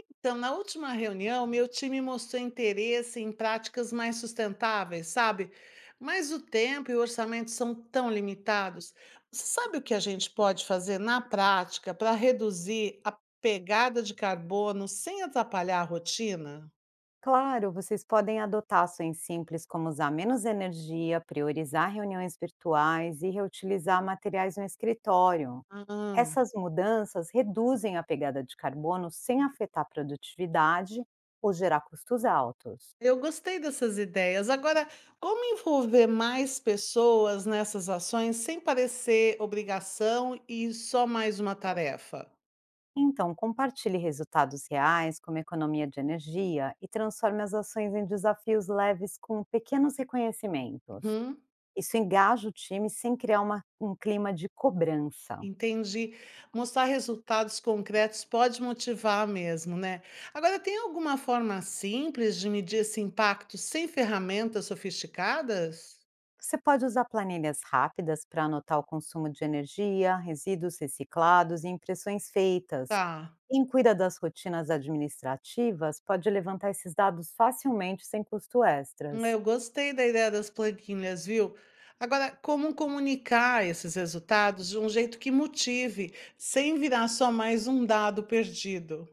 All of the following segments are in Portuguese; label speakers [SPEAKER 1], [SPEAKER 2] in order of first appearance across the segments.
[SPEAKER 1] Então, na última reunião, meu time mostrou interesse em práticas mais sustentáveis, sabe? Mas o tempo e o orçamento são tão limitados. Você sabe o que a gente pode fazer na prática para reduzir a pegada de carbono sem atrapalhar a rotina?
[SPEAKER 2] Claro, vocês podem adotar ações simples como usar menos energia, priorizar reuniões virtuais e reutilizar materiais no escritório.
[SPEAKER 1] Ah,
[SPEAKER 2] Essas mudanças reduzem a pegada de carbono sem afetar a produtividade ou gerar custos altos.
[SPEAKER 1] eu gostei dessas ideias. Agora, como envolver mais pessoas nessas ações sem parecer obrigação e só mais uma tarefa?
[SPEAKER 2] Então, compartilhe resultados reais, como economia de energia, e transforme as ações em desafios leves com pequenos reconhecimentos.
[SPEAKER 1] Uhum.
[SPEAKER 2] Isso engaja o time sem criar um clima de cobrança.
[SPEAKER 1] Entendi. Mostrar resultados concretos pode motivar mesmo, né? Agora, tem alguma forma simples de medir esse impacto sem ferramentas sofisticadas?
[SPEAKER 2] Você pode usar planilhas rápidas para anotar o consumo de energia, resíduos reciclados e impressões feitas.
[SPEAKER 1] Tá.
[SPEAKER 2] Quem cuida das rotinas administrativas pode levantar esses dados facilmente sem custo extras.
[SPEAKER 1] Eu gostei da ideia das planilhas, viu? Agora, como comunicar esses resultados de um jeito que motive, sem virar só mais um dado perdido?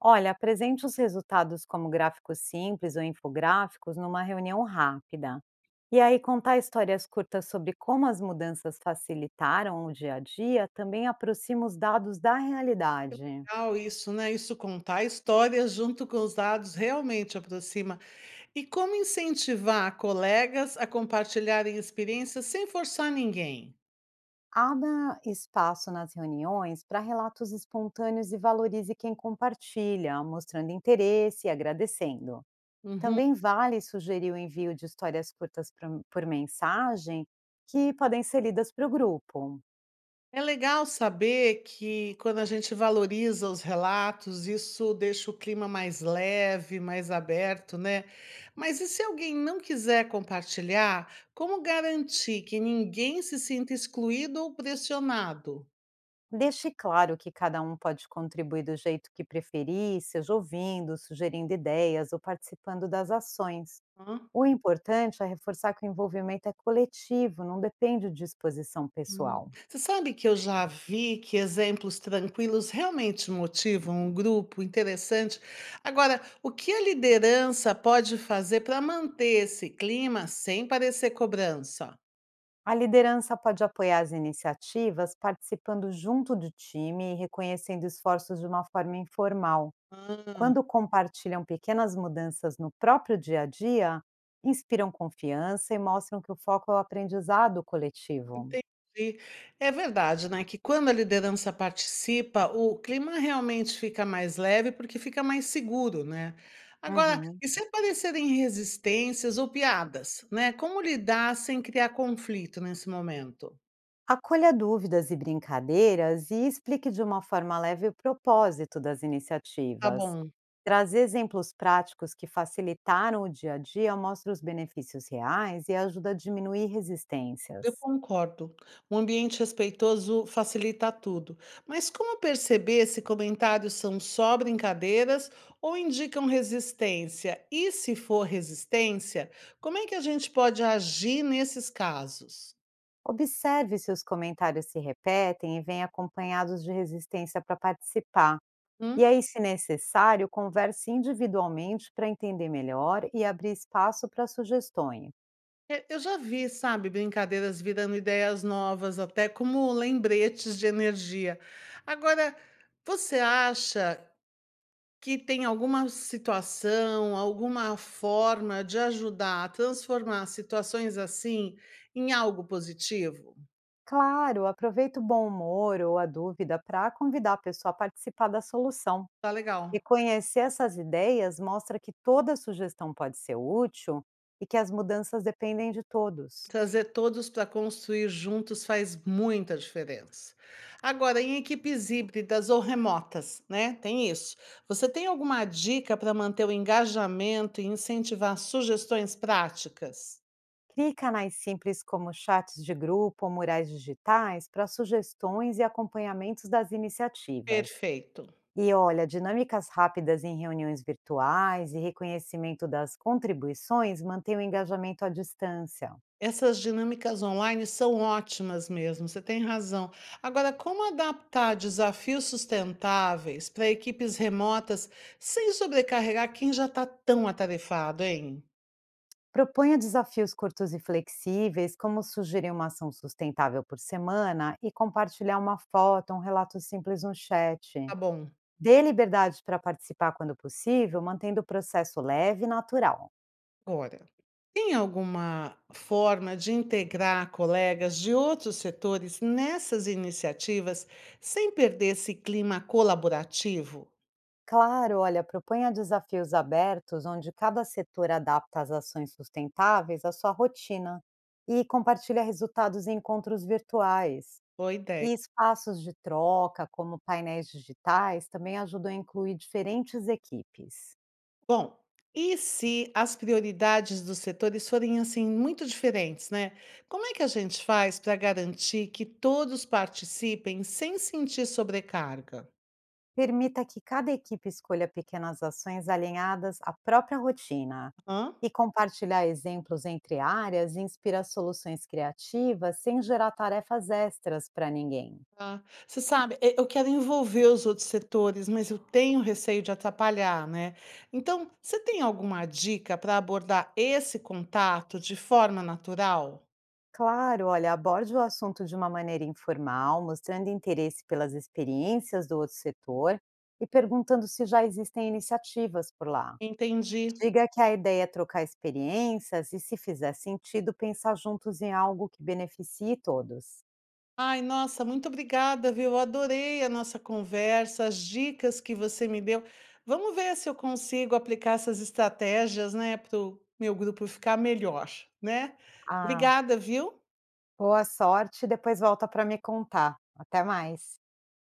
[SPEAKER 2] Olha, apresente os resultados como gráficos simples ou infográficos numa reunião rápida. E aí, contar histórias curtas sobre como as mudanças facilitaram o dia a dia também aproxima os dados da realidade.
[SPEAKER 1] Legal isso, né? Isso, contar histórias junto com os dados realmente aproxima. E como incentivar colegas a compartilharem experiências sem forçar ninguém?
[SPEAKER 2] Abra espaço nas reuniões para relatos espontâneos e valorize quem compartilha, mostrando interesse e agradecendo.
[SPEAKER 1] Uhum.
[SPEAKER 2] Também vale sugerir o envio de histórias curtas por mensagem, que podem ser lidas para o grupo.
[SPEAKER 1] É legal saber que quando a gente valoriza os relatos, isso deixa o clima mais leve, mais aberto, né? Mas e se alguém não quiser compartilhar, como garantir que ninguém se sinta excluído ou pressionado?
[SPEAKER 2] Deixe claro que cada um pode contribuir do jeito que preferir, seja ouvindo, sugerindo ideias ou participando das ações.
[SPEAKER 1] Hã?
[SPEAKER 2] O importante é reforçar que o envolvimento é coletivo, não depende de disposição
[SPEAKER 1] Hum.
[SPEAKER 2] pessoal.
[SPEAKER 1] Você sabe que eu já vi que exemplos tranquilos realmente motivam um grupo interessante. Agora, o que a liderança pode fazer para manter esse clima sem parecer cobrança?
[SPEAKER 2] A liderança pode apoiar as iniciativas participando junto do time e reconhecendo esforços de uma forma informal.
[SPEAKER 1] Ah,
[SPEAKER 2] Quando compartilham pequenas mudanças no próprio dia a dia, inspiram confiança e mostram que o foco é o aprendizado coletivo.
[SPEAKER 1] e é verdade, né? Que quando a liderança participa, o clima realmente fica mais leve porque fica mais seguro, né? Agora,
[SPEAKER 2] Uhum.
[SPEAKER 1] e se aparecerem resistências ou piadas, né? Como lidar sem criar conflito nesse momento?
[SPEAKER 2] Acolha dúvidas e brincadeiras e explique de uma forma leve o propósito das
[SPEAKER 1] Tá
[SPEAKER 2] iniciativas.
[SPEAKER 1] bom.
[SPEAKER 2] Trazer exemplos práticos que facilitaram o dia a dia mostra os benefícios reais e ajuda a diminuir
[SPEAKER 1] Eu
[SPEAKER 2] resistências.
[SPEAKER 1] concordo. Um ambiente respeitoso facilita tudo. Mas como perceber se comentários são só brincadeiras ou indicam resistência? E se for resistência, como é que a gente pode agir nesses casos?
[SPEAKER 2] Observe se os comentários se repetem e vêm acompanhados de resistência para participar. E
[SPEAKER 1] Hum?
[SPEAKER 2] aí, se necessário, converse individualmente para entender melhor e abrir espaço para sugestões.
[SPEAKER 1] É, eu já vi, sabe, brincadeiras virando ideias novas, até como lembretes de energia. Agora, você acha que tem alguma situação, alguma forma de ajudar a transformar situações assim em algo positivo,
[SPEAKER 2] Claro, aproveita o bom humor ou a dúvida para convidar a pessoa a participar da solução.
[SPEAKER 1] tá
[SPEAKER 2] E
[SPEAKER 1] legal.
[SPEAKER 2] conhecer essas ideias mostra que toda sugestão pode ser útil e que as mudanças dependem de todos.
[SPEAKER 1] Trazer todos para construir juntos faz muita diferença. Agora, em equipes híbridas ou remotas, né, tem isso. Você tem alguma dica para manter o engajamento e incentivar sugestões práticas?
[SPEAKER 2] Crie canais simples como chats de grupo ou murais digitais para sugestões e acompanhamentos das iniciativas.
[SPEAKER 1] Perfeito.
[SPEAKER 2] E olha, dinâmicas rápidas em reuniões virtuais e reconhecimento das contribuições mantém o engajamento à distância.
[SPEAKER 1] Essas dinâmicas online são ótimas mesmo, você tem razão. Agora, como adaptar desafios sustentáveis para equipes remotas sem sobrecarregar quem já está tão atarefado, hein?
[SPEAKER 2] Proponha desafios curtos e flexíveis, como sugerir uma ação sustentável por semana e compartilhar uma foto, um relato simples no chat.
[SPEAKER 1] Tá bom.
[SPEAKER 2] Dê liberdade para participar quando possível, mantendo o processo leve e natural.
[SPEAKER 1] Agora, tem alguma forma de integrar colegas de outros setores nessas iniciativas sem perder esse clima colaborativo?
[SPEAKER 2] Claro, olha, proponha desafios abertos onde cada setor adapta as ações sustentáveis à sua rotina e compartilha resultados em encontros virtuais.
[SPEAKER 1] Boa ideia.
[SPEAKER 2] E espaços de troca, como painéis digitais, também ajudam a incluir diferentes equipes.
[SPEAKER 1] Bom, e se as prioridades dos setores forem assim muito diferentes, né? Como é que a gente faz para garantir que todos participem sem sentir sobrecarga?
[SPEAKER 2] Permita que cada equipe escolha pequenas ações alinhadas à própria rotina.
[SPEAKER 1] Hã?
[SPEAKER 2] E compartilhar exemplos entre áreas inspira soluções criativas sem gerar tarefas extras para ninguém.
[SPEAKER 1] Tá. Você sabe, eu quero envolver os outros setores, mas eu tenho receio de atrapalhar, né? Então, você tem alguma dica para abordar esse contato de forma natural?
[SPEAKER 2] Claro, olha, aborde o assunto de uma maneira informal, mostrando interesse pelas experiências do outro setor e perguntando se já existem iniciativas por lá.
[SPEAKER 1] Entendi.
[SPEAKER 2] Diga que a ideia é trocar experiências e, se fizer sentido, pensar juntos em algo que beneficie todos.
[SPEAKER 1] Ai, nossa, muito obrigada, viu? Eu adorei a nossa conversa, as dicas que você me deu. Vamos ver se eu consigo aplicar essas estratégias, né, para o meu grupo ficar melhor, né?
[SPEAKER 2] Ah,
[SPEAKER 1] Obrigada, viu?
[SPEAKER 2] Boa sorte e depois volta para me contar. Até mais.